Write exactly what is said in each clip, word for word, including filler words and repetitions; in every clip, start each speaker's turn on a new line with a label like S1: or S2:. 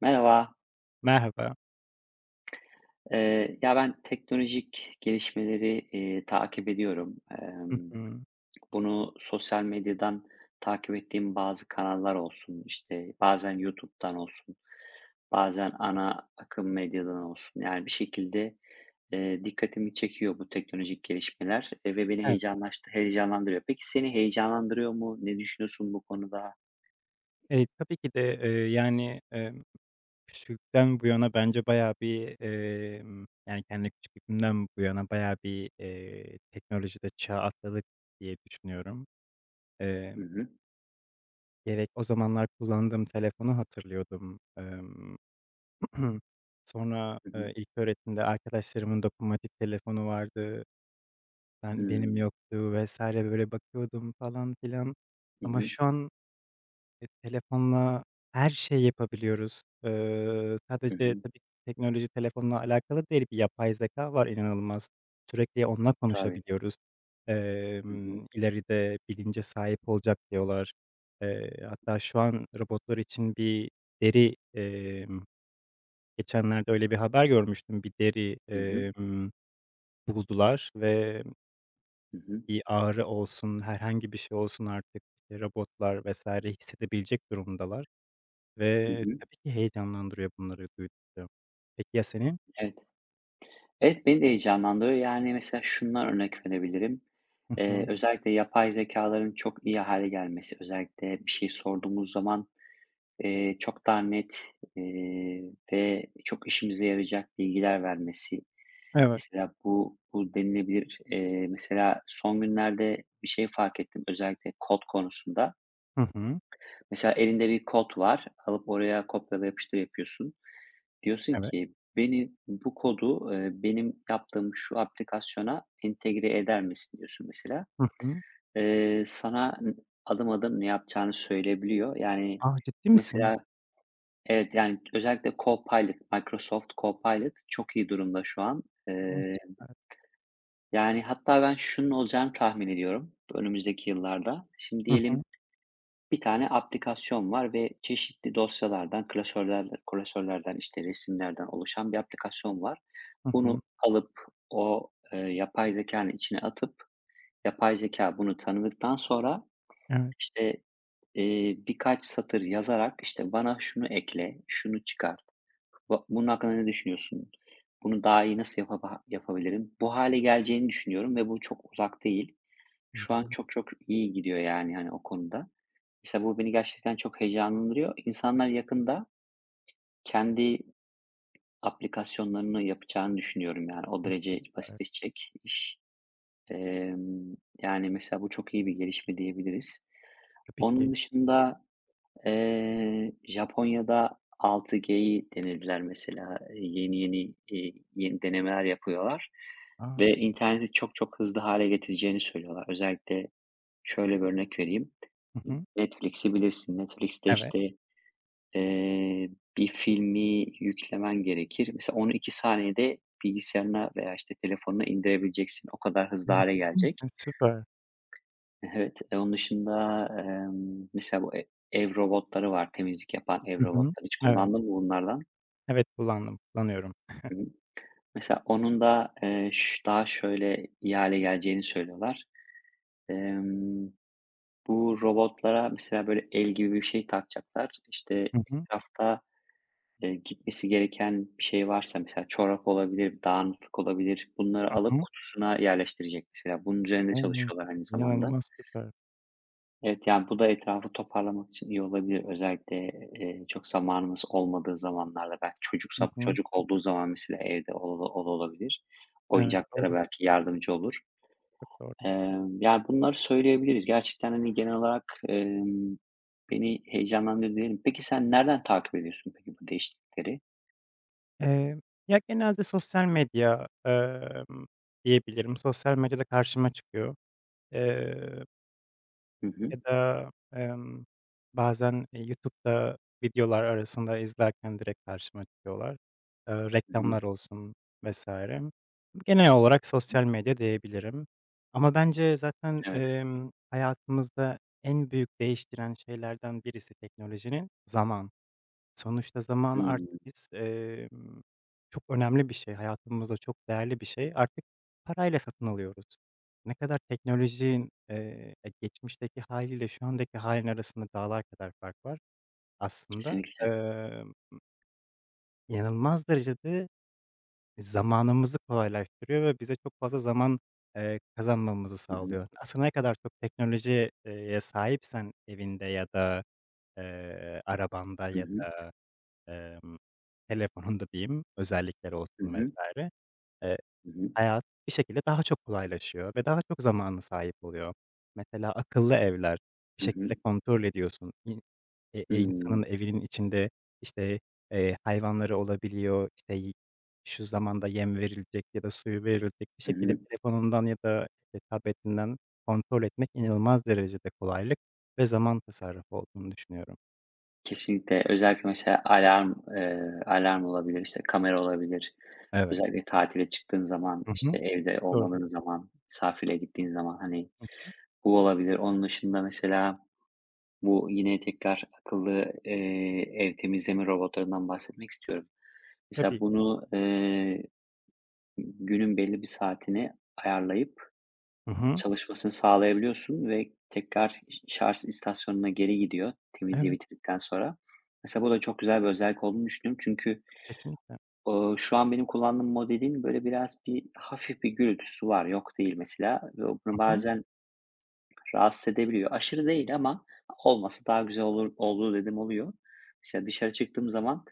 S1: Merhaba.
S2: Merhaba.
S1: Eee, ya ben teknolojik gelişmeleri, eee, takip ediyorum.
S2: Hı
S1: Emm,
S2: hı.
S1: bunu sosyal medyadan takip ettiğim bazı kanallar olsun, işte, bazen YouTube'dan olsun, bazen ana akım medyadan olsun. Yani bir şekilde, eee, dikkatimi çekiyor bu teknolojik gelişmeler, eee, ve beni
S2: Evet.
S1: heyecanlaştı heyecanlandırıyor. Peki seni heyecanlandırıyor mu? Ne düşünüyorsun bu konuda?
S2: Eee, tabii ki de, eee, yani, emm, küçüklükten bu yana bence bayağı bir, emm, yani, kendi küçüklüğümden bu yana bayağı bir, eee, teknolojide çağ atladık diye düşünüyorum. Emm,
S1: Hı hı.
S2: Gerek o zamanlar kullandığım telefonu hatırlıyordum. Emm, sonra,
S1: Hı
S2: e,
S1: hı.
S2: ilk ilköğretimde arkadaşlarımın dokunmatik telefonu vardı, ben benim
S1: Hımm.
S2: yoktu vesaire böyle bakıyordum falan filan.
S1: Hı
S2: Ama
S1: hı.
S2: şu an E, telefonla her şey yapabiliyoruz. Eee,
S1: Hı hı.
S2: sadece
S1: hı,
S2: tabii ki teknoloji telefonla alakalı değil, bir yapay zeka var inanılmaz. Sürekli onunla
S1: Tabii.
S2: konuşabiliyoruz.
S1: Hı hı.
S2: Emm, ileride bilince sahip olacak diyorlar. Eee, hatta şu an robotlar için bir deri, emm, geçenlerde öyle bir haber görmüştüm. Bir deri,
S1: Hı hı.
S2: emm, buldular ve
S1: Hı hı.
S2: bir ağrı olsun, herhangi bir şey olsun artık, işte, robotlar vesaire hissedebilecek durumdalar.
S1: Hı
S2: Ve
S1: hı.
S2: tabii ki heyecanlandırıyor bunları duydukça. Peki ya seni?
S1: Evet. Evet, beni de heyecanlandırıyor. Yani, mesela şunlar örnek verebilirim.
S2: Hı
S1: Eee,
S2: hı.
S1: özellikle yapay zekaların çok iyi hâle gelmesi, özellikle bir şey sorduğumuz zaman, eee, çok daha net, eee, ve çok işimize yarayacak bilgiler vermesi.
S2: Evet.
S1: Mesela bu bu denilebilir. Eee, mesela son günlerde bir şey fark ettim özellikle kod konusunda.
S2: Hı hı.
S1: Mesela elinde bir kod var, alıp oraya kopyala yapıştır yapıyorsun. Diyorsun
S2: Evet.
S1: ki beni bu kodu, eee, benim yaptığım şu aplikasyona entegre eder misin diyorsun mesela.
S2: Hı hı.
S1: Eee, sana n adım adım ne yapacağını söyleyebiliyor. Yani
S2: A, ciddi misin?
S1: mesela evet, yani özellikle Copilot, Microsoft Copilot çok iyi durumda şu an.
S2: A,
S1: Eee,
S2: süper.
S1: yani hatta ben şunun olacağını tahmin ediyorum önümüzdeki yıllarda. Şimdi
S2: Hı hı.
S1: diyelim, bir tane aplikasyon var ve çeşitli dosyalardan, klasörlerden klasörlerden, işte, resimlerden oluşan bir aplikasyon var.
S2: Hı hı.
S1: Bunu alıp o, eee, yapay zekanın içine atıp yapay zeka bunu tanıdıktan sonra,
S2: Evet.
S1: işte, eee, birkaç satır yazarak, işte, "Bana şunu ekle, şunu çıkart, ba bunun hakkında ne düşünüyorsun, bunu daha iyi nasıl yapaba yapabilirim?" Bu hale geleceğini düşünüyorum ve bu çok uzak değil.
S2: Hı hı.
S1: Şu an çok çok iyi gidiyor yani, hani, o konuda. Mesela bu beni gerçekten çok heyecanlandırıyor. İnsanlar yakında kendi aplikasyonlarını yapacağını düşünüyorum, yani, o derece
S2: Süper.
S1: basitleşecek iş. Emm, yani, mesela bu çok iyi bir gelişme diyebiliriz.
S2: Tabii ki.
S1: Onun dışında, eee, Japonya'da altı C'yi denediler mesela. Eee, yeni yeni, iii, yeni denemeler yapıyorlar
S2: A!
S1: ve interneti çok çok hızlı hale getireceğini söylüyorlar. Özellikle şöyle bir örnek vereyim.
S2: Hı hı.
S1: Netflix'i bilirsin. Netflix'te,
S2: Evet.
S1: işte, eee, bir filmi yüklemen gerekir. Mesela onu iki saniyede bilgisayarına veya, işte, telefonuna indirebileceksin. O kadar
S2: O,
S1: hızlı hâle
S2: ciddi
S1: gelecek.
S2: misin? Süper.
S1: Evet, eee, onun dışında, emm, mesela bu e ev robotları var, temizlik yapan ev
S2: Hı hı.
S1: robotları. Hiç
S2: Evet.
S1: kullandın mı bunlardan?
S2: Evet, kullandım, kullanıyorum.
S1: Hı hı. Mesela onun da, eee, ş daha şöyle iyi hâle geleceğini söylüyorlar. Emm Bu robotlara mesela böyle el gibi bir şey takacaklar. İşte
S2: Hı hı.
S1: etrafta, eee, gitmesi gereken bir şey varsa mesela çorap olabilir, dağınıklık olabilir. Bunları
S2: Hı
S1: alıp
S2: hı.
S1: kutusuna yerleştirecek mesela. Bunun üzerinde
S2: O!
S1: çalışıyorlar aynı zamanda.
S2: İnanılmaz süper.
S1: Evet, yani bu da etrafı toparlamak için iyi olabilir. Özellikle, eee, çok zamanımız olmadığı zamanlarda belki
S2: Hı
S1: çocuksa
S2: hı.
S1: çocuk olduğu zaman mesela evde ol ol- olabilir.
S2: Evet,
S1: Oyuncaklara
S2: doğru.
S1: belki yardımcı olur.
S2: Çok doğru.
S1: Emm, yani, bunları söyleyebiliriz. Gerçekten, hani, genel olarak, emm, beni heyecanlandırdı diyelim. Peki sen nereden takip ediyorsun peki bu değişiklikleri?
S2: Eee, Ya genelde sosyal medya, emm, diyebilirim. Sosyal medyada karşıma çıkıyor. Eee,
S1: Hı hı.
S2: Ya da, emm, bazen, eee, YouTube'da videolar arasında izlerken direkt karşıma çıkıyorlar. Eee,
S1: Hı hı.
S2: reklamlar olsun vesaire. Genel olarak
S1: Hı.
S2: sosyal medya diyebilirim. Ama bence zaten,
S1: Evet.
S2: emm, hayatımızda en büyük değiştiren şeylerden birisi teknolojinin zamanı. Sonuçta zaman artık
S1: Hımm.
S2: biz, emm, çok önemli bir şey, hayatımızda çok değerli bir şey. Artık parayla satın alıyoruz. Ne kadar teknolojinin, eee, e, geçmişteki hâliyle şu andaki halin arasında dağlar kadar fark var aslında.
S1: Kesinlikle.
S2: Emm, inanılmaz derecede zamanımızı kolaylaştırıyor ve bize çok fazla zaman, eee, kazanmamızı
S1: Hı hı.
S2: sağlıyor. Aslında ne kadar çok teknolojiye sahipsen evinde ya da, eee, arabanda
S1: Hı
S2: ya
S1: hı.
S2: da Emm, telefonunda diyeyim, özellikleri
S1: Hı
S2: olsun
S1: hı.
S2: vesaire eee,
S1: Hı hı.
S2: Hayat bir şekilde daha çok kolaylaşıyor ve daha çok zamana sahip oluyor. Mesela akıllı evler, bir
S1: Hı
S2: şekilde
S1: hı.
S2: kontrol ediyorsun. İn e e insanın
S1: Hımm.
S2: evinin içinde, işte, eee, hayvanları olabiliyor, işte, y şu zamanda yem verilecek ya da suyu verilecek. Bir
S1: Hı
S2: şekilde
S1: hı.
S2: telefonundan ya da, işte, tabletinden kontrol etmek inanılmaz derecede kolaylık ve zaman tasarrufu olduğunu düşünüyorum.
S1: Kesinlikle. Özellikle mesela alarm, eee, alarm olabilir, işte, kamera olabilir.
S2: Evet.
S1: Özellikle tatile çıktığın zaman,
S2: Hı hı.
S1: işte, evde
S2: Doğru.
S1: olmadığın zaman, misafirliğe gittiğin zaman, hani,
S2: Hı hı.
S1: bu olabilir. Onun dışında mesela bu yine tekrar akıllı, eee, ev temizleme robotlarından bahsetmek istiyorum. Mesela
S2: Tabii.
S1: bunu, eee, günün belli bir saatine ayarlayıp
S2: Hı hı.
S1: çalışmasını sağlayabiliyorsun ve tekrar şarj istasyonuna geri gidiyor temizliği
S2: Evet,
S1: bitirdikten sonra. Mesela bu da çok güzel bir özellik olduğunu düşünüyorum. Çünkü,
S2: kesinlikle.
S1: ooo, şu an benim kullandığım modelin böyle biraz bir hafif bir gürültüsü var, yok değil mesela ve bunu
S2: Hı hı.
S1: bazen rahatsız edebiliyor. Aşırı değil ama olması daha güzel olur olurdu dedim oluyor. Mesela dışarı çıktığım zaman,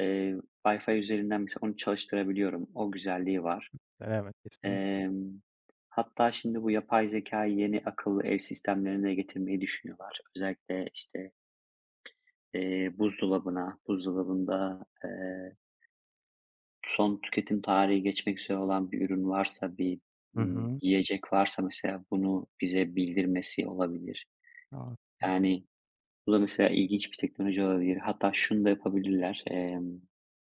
S1: eee, Wi-Fi üzerinden mesela onu çalıştırabiliyorum. O güzelliği var.
S2: Evet, kesinlikle.
S1: Emm, hatta şimdi bu yapay zekâyı yeni akıllı ev sistemlerine de getirmeyi düşünüyorlar. Özellikle, işte, eee, buzdolabına, buzdolabında, eee, son tüketim tarihi geçmek üzere olan bir ürün varsa, bir,
S2: Hı
S1: ımm,
S2: hı.
S1: yiyecek varsa mesela bunu bize bildirmesi olabilir.
S2: A, a.
S1: Yani bu da mesela ilginç bir teknoloji olabilir. Hatta şunu da yapabilirler, emm,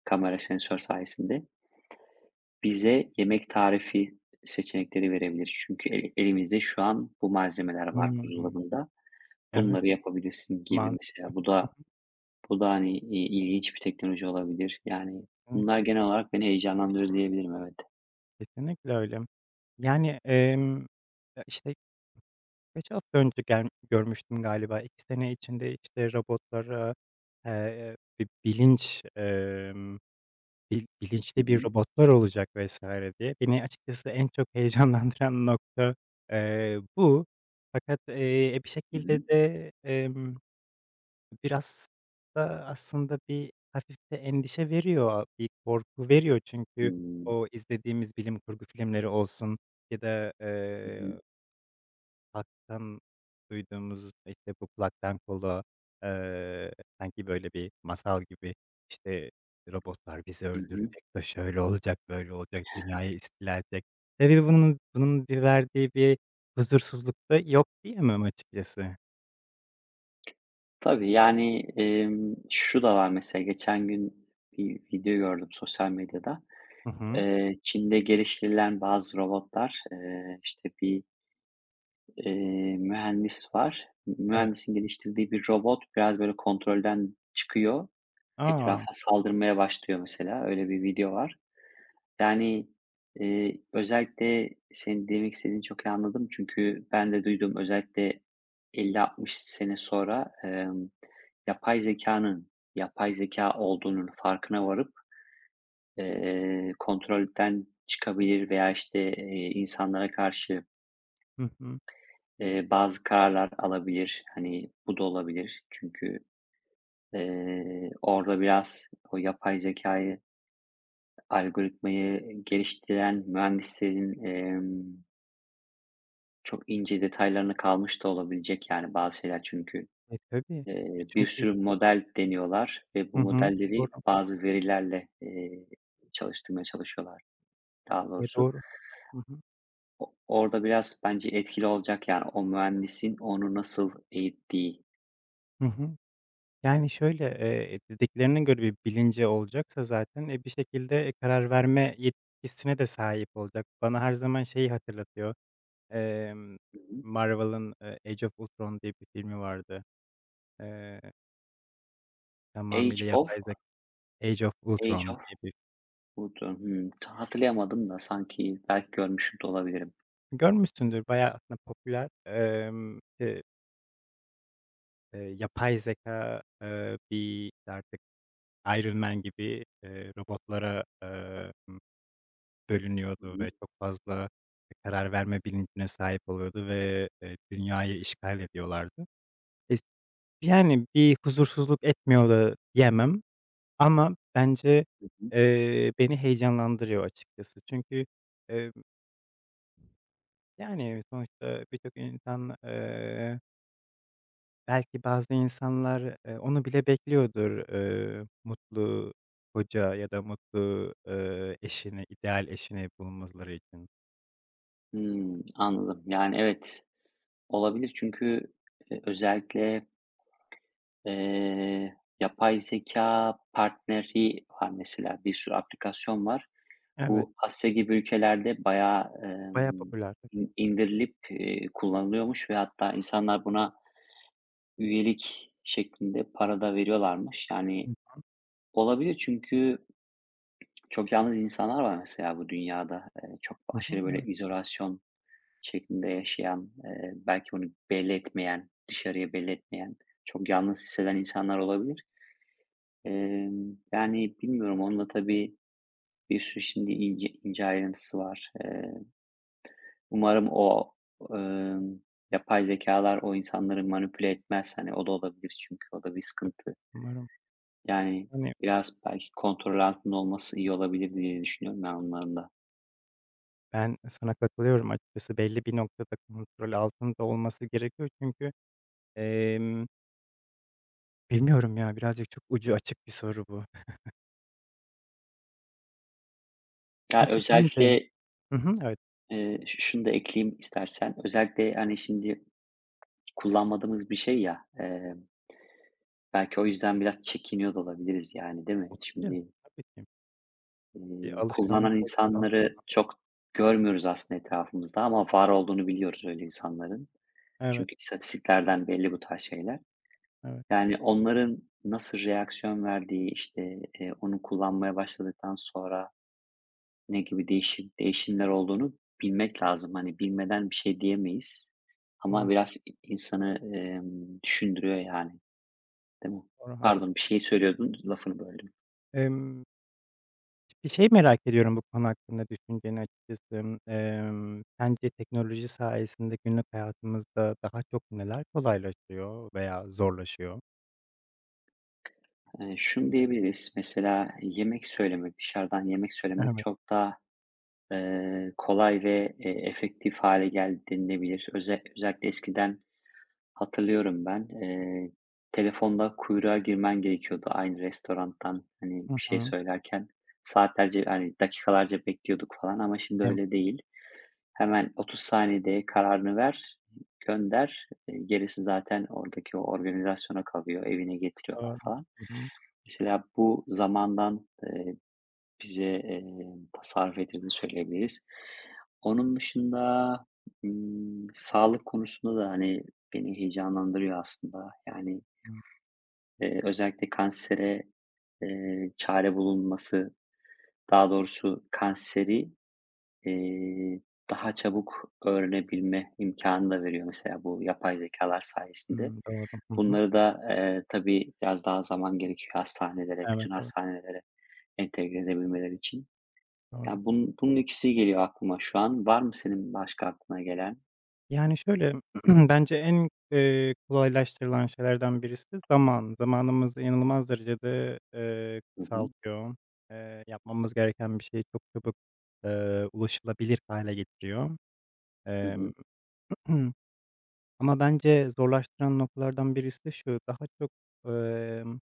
S1: kamera sensör sayesinde. Bize yemek tarifi seçenekleri verebilir. Çünkü el elimizde şu an bu malzemeler var
S2: Hımm.
S1: buzdolabında.
S2: Evet,
S1: Bunları yapabilirsin gibi
S2: mantıklı.
S1: mesela. Bu
S2: Hı
S1: da
S2: hı.
S1: bu da, hani, iii, ilginç bir teknoloji olabilir. Yani bunlar
S2: Kesinlikle,
S1: genel olarak beni heyecanlandırır diyebilirim, evet.
S2: kesinlikle öyle. Yani, emm, ya, işte, kaç hafta önce gel görmüştüm galiba. iki sene içinde, işte, robotlara, eee, bi bilinç, emm, bil
S1: Hı
S2: bilinçli bir
S1: hı.
S2: robotlar olacak vesaire diye. Beni açıkçası en çok heyecanlandıran nokta, eee, bu. Fakat, eee, e, bir
S1: Hı
S2: şekilde
S1: hı.
S2: de, emm biraz da aslında bir hafif de endişe veriyor, bir korku veriyor çünkü
S1: Hımm.
S2: o izlediğimiz bilim kurgu filmleri olsun ya da,
S1: Hı hı.
S2: eee, halktan duyduğumuz, işte, bu kulaktan kulağa, eee, sanki böyle bir masal gibi, işte, robotlar bizi
S1: Hı hı.
S2: öldürecek de şöyle olacak, böyle olacak, dünyayı istila edecek. Tabii bunun bunun bir verdiği bir huzursuzluk da yok diyemem açıkçası.
S1: Tabii, yani, emm, şu da var mesela geçen gün bir video gördüm sosyal medyada.
S2: Hı hı.
S1: Eee, Çin'de geliştirilen bazı robotlar, eee, işte, bir, eee, mühendis var.
S2: Evet.
S1: Mühendisin geliştirdiği bir robot biraz, böyle, kontrolden çıkıyor,
S2: A!
S1: etrafa saldırmaya başlıyor mesela. Öyle bir video var. Yani, eee, özellikle senin demek istediğini çok iyi anladım çünkü ben de duydum. Özellikle elli altmış sene sonra, emm, yapay zekanın yapay zeka olduğunun farkına varıp Eee, kontrolden çıkabilir veya, işte, eee, insanlara karşı,
S2: Hı hı.
S1: eee, bazı kararlar alabilir. Hani, bu da olabilir. Çünkü, eee, orada biraz o yapay zekayı algoritmayı geliştiren mühendislerin, emm, çok ince detaylarına kalmış da olabilecek, yani, bazı şeyler. Çünkü,
S2: E, tabii. E,
S1: eee, bir
S2: çünkü...
S1: sürü model deniyorlar ve
S2: Hı
S1: bu
S2: hı. Doğru.
S1: modelleri bazı verilerle, eee, çalıştırmaya çalışıyorlar daha
S2: E,
S1: doğrusu.
S2: doğru. Hı hı.
S1: O orada biraz bence etkili olacak, yani, o mühendisin onu nasıl eğittiği.
S2: Hı hı. Yani, şöyle, eee, dediklerine göre bir bilinci olacaksa zaten, e, bir şekilde, e, karar verme yetkisine de sahip olacak. Bana her zaman şeyi hatırlatıyor. Emm,
S1: Hı hı.
S2: Marvel'ın, eee, Age of Ultron diye bir filmi vardı. Eee, tamamıyla
S1: Age of
S2: yapay zek Age of
S1: Age
S2: Ultron
S1: of
S2: diye bir
S1: Ultron. Hımm, ta hatırlayamadım da sanki belki görmüş de olabilirim.
S2: Görmüşsündür, bayağı aslında popüler. Emm, eee Eee, yapay zeka eee, bir, işte, artık Iron Man gibi, eee, robotlara, eee,
S1: Hı
S2: bölünüyordu
S1: hı.
S2: ve çok fazla karar verme bilincine sahip oluyordu ve, eee, dünyayı işgal ediyorlardı. Es Yani, bir huzursuzluk etmiyor da diyemem ama bence,
S1: Hı hı.
S2: eee, beni heyecanlandırıyor açıkçası. Çünkü, emm, yani, sonuçta birçok insan, Belki bazı insanlar, eee, onu bile bekliyordur, eee, mutlu koca ya da mutlu, eee, eşini, ideal eşini bulmaları için.
S1: Hımm, anladım. Yani, evet, olabilir çünkü, eee, özellikle, eee, yapay zeka partneri var mesela, bir sürü aplikasyon var.
S2: Evet,
S1: Bu Asya gibi ülkelerde bayağı,
S2: bayağı
S1: emm,
S2: popüler tabii.
S1: in indirilip, eee, kullanılıyormuş ve hatta insanlar buna üyelik şeklinde para da veriyorlarmış. Yani olabilir çünkü çok yalnız insanlar var mesela bu dünyada. Eee, çok
S2: Hı hı,
S1: aşırı böyle
S2: evet,
S1: izolasyon şeklinde yaşayan, eee, belki bunu belli etmeyen, dışarıya belli etmeyen, çok yalnız hisseden insanlar olabilir. Emm, yani bilmiyorum onunla tabii bir sürü şimdi ince ince ayrıntısı var. Eee, umarım o, emm, yapay zekalar o insanları manipüle etmez. Hani o da olabilir çünkü o da bir
S2: tabii,
S1: sıkıntı.
S2: umarım.
S1: Yani,
S2: Hani,
S1: biraz belki kontrol altında olması iyi olabilir diye düşünüyorum ben onların da.
S2: ben sana katılıyorum açıkçası. Belli bir noktada kontrol altında olması gerekiyor çünkü, emm, bilmiyorum ya, birazcık çok ucu açık bir soru bu.
S1: Ya,
S2: Peki sence...
S1: özellikle,
S2: Hı hı, evet,
S1: eee, ş şunu da ekleyeyim istersen. Özellikle, hani, şimdi kullanmadığımız bir şey ya, eee, belki o yüzden biraz çekiniyor da olabiliriz yani, değil mi?
S2: olabilir.
S1: Şimdi,
S2: Tabii ki. Bir
S1: eee, kullanan
S2: alışkanlık olduktan sonra...
S1: insanları çok görmüyoruz aslında etrafımızda ama var olduğunu biliyoruz öyle insanların.
S2: Evet,
S1: Çünkü istatistiklerden belli bu tarz şeyler.
S2: evet.
S1: Yani onların nasıl reaksiyon verdiği, işte, eee, onu kullanmaya başladıktan sonra ne gibi değişim değişimler olduğunu bilmek lazım. Hani, bilmeden bir şey diyemeyiz
S2: Doğru,
S1: ama biraz i insanı, emm, düşündürüyor yani, değil mi?
S2: doğru. Ha.
S1: Pardon, bir şey söylüyordun, lafını böldüm.
S2: Emm, Bir şey merak ediyorum bu konu hakkında düşünceni açıkçası. Emm, sence teknoloji sayesinde günlük hayatımızda daha çok neler kolaylaşıyor veya zorlaşıyor?
S1: Eee, şunu diyebiliriz, mesela yemek söylemek, dışarıdan yemek söylemek
S2: Evet.
S1: çok daha, eee, kolay ve, eee, efektif hâle geldi denilebilir. Öze özellikle eskiden hatırlıyorum ben. Eee, telefonda kuyruğa girmen gerekiyordu aynı restorandan, hani,
S2: Hı
S1: bir şey
S2: hı.
S1: söylerken. Saatlerce, hani, dakikalarca bekliyorduk falan ama şimdi
S2: Evet,
S1: öyle değil. Hemen otuz saniyede kararını ver, gönder. Eee, gerisi zaten oradaki o organizasyona kalıyor, evine getiriyorlar
S2: doğru.
S1: falan.
S2: Hı hı.
S1: Mesela bu zamandan, eee bize, eee, tasarruf ettirdiğini söyleyebiliriz. Onun dışında, ımm, sağlık konusunda da, hani, beni heyecanlandırıyor aslında. Yani,
S2: Hıı.
S1: eee, özellikle kansere, eee, çare bulunması, daha doğrusu kanseri, eee, daha çabuk öğrenebilme imkânı da veriyor mesela bu yapay zekalar sayesinde.
S2: Hıı, doğru. Hı hı.
S1: Bunları da, eee, tabii biraz daha zaman gerekiyor hastanelere,
S2: Evet,
S1: bütün
S2: evet,
S1: hastanelere entegre edebilmeleri için.
S2: doğru.
S1: Ya, bunun bunun ikisi geliyor aklıma şu an. Var mı senin başka aklına gelen?
S2: Yani, şöyle, bence en, eee, kolaylaştırılan şeylerden birisi zaman. Zamanımızı inanılmaz derecede, eee,
S1: Hı hı.
S2: kısaltıyor. Eee, yapmamız gereken bir şeyi çok çabuk, eee, ulaşılabilir hale getiriyor.
S1: Hı
S2: Emm,
S1: hı.
S2: Ama bence zorlaştıran noktalardan birisi de şu, daha çok, emm,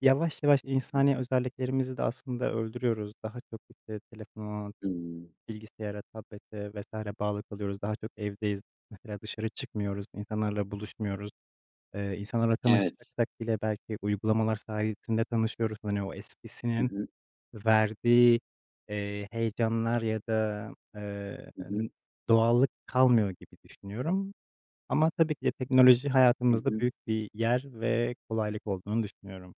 S2: yavaş yavaş
S1: Hı.
S2: insani özelliklerimizi de aslında öldürüyoruz. Daha çok, işte, telefona,
S1: Hımm.
S2: bilgisayara, tablete vesaire bağlı kalıyoruz. Daha çok evdeyiz. Mesela dışarı çıkmıyoruz, insanlarla buluşmuyoruz. Eee, insanlarla
S1: Evet.
S2: tanışacaksak bile belki uygulamalar sayesinde tanışıyoruz. Hani, o
S1: Hı
S2: eskisinin
S1: hı.
S2: verdiği, eee, heyecanlar ya da, eee,
S1: Hı hı.
S2: doğallık kalmıyor gibi düşünüyorum. Ama tabii ki de teknoloji
S1: Hı
S2: hayatımızda
S1: hı.
S2: büyük bir yer ve kolaylık olduğunu düşünüyorum.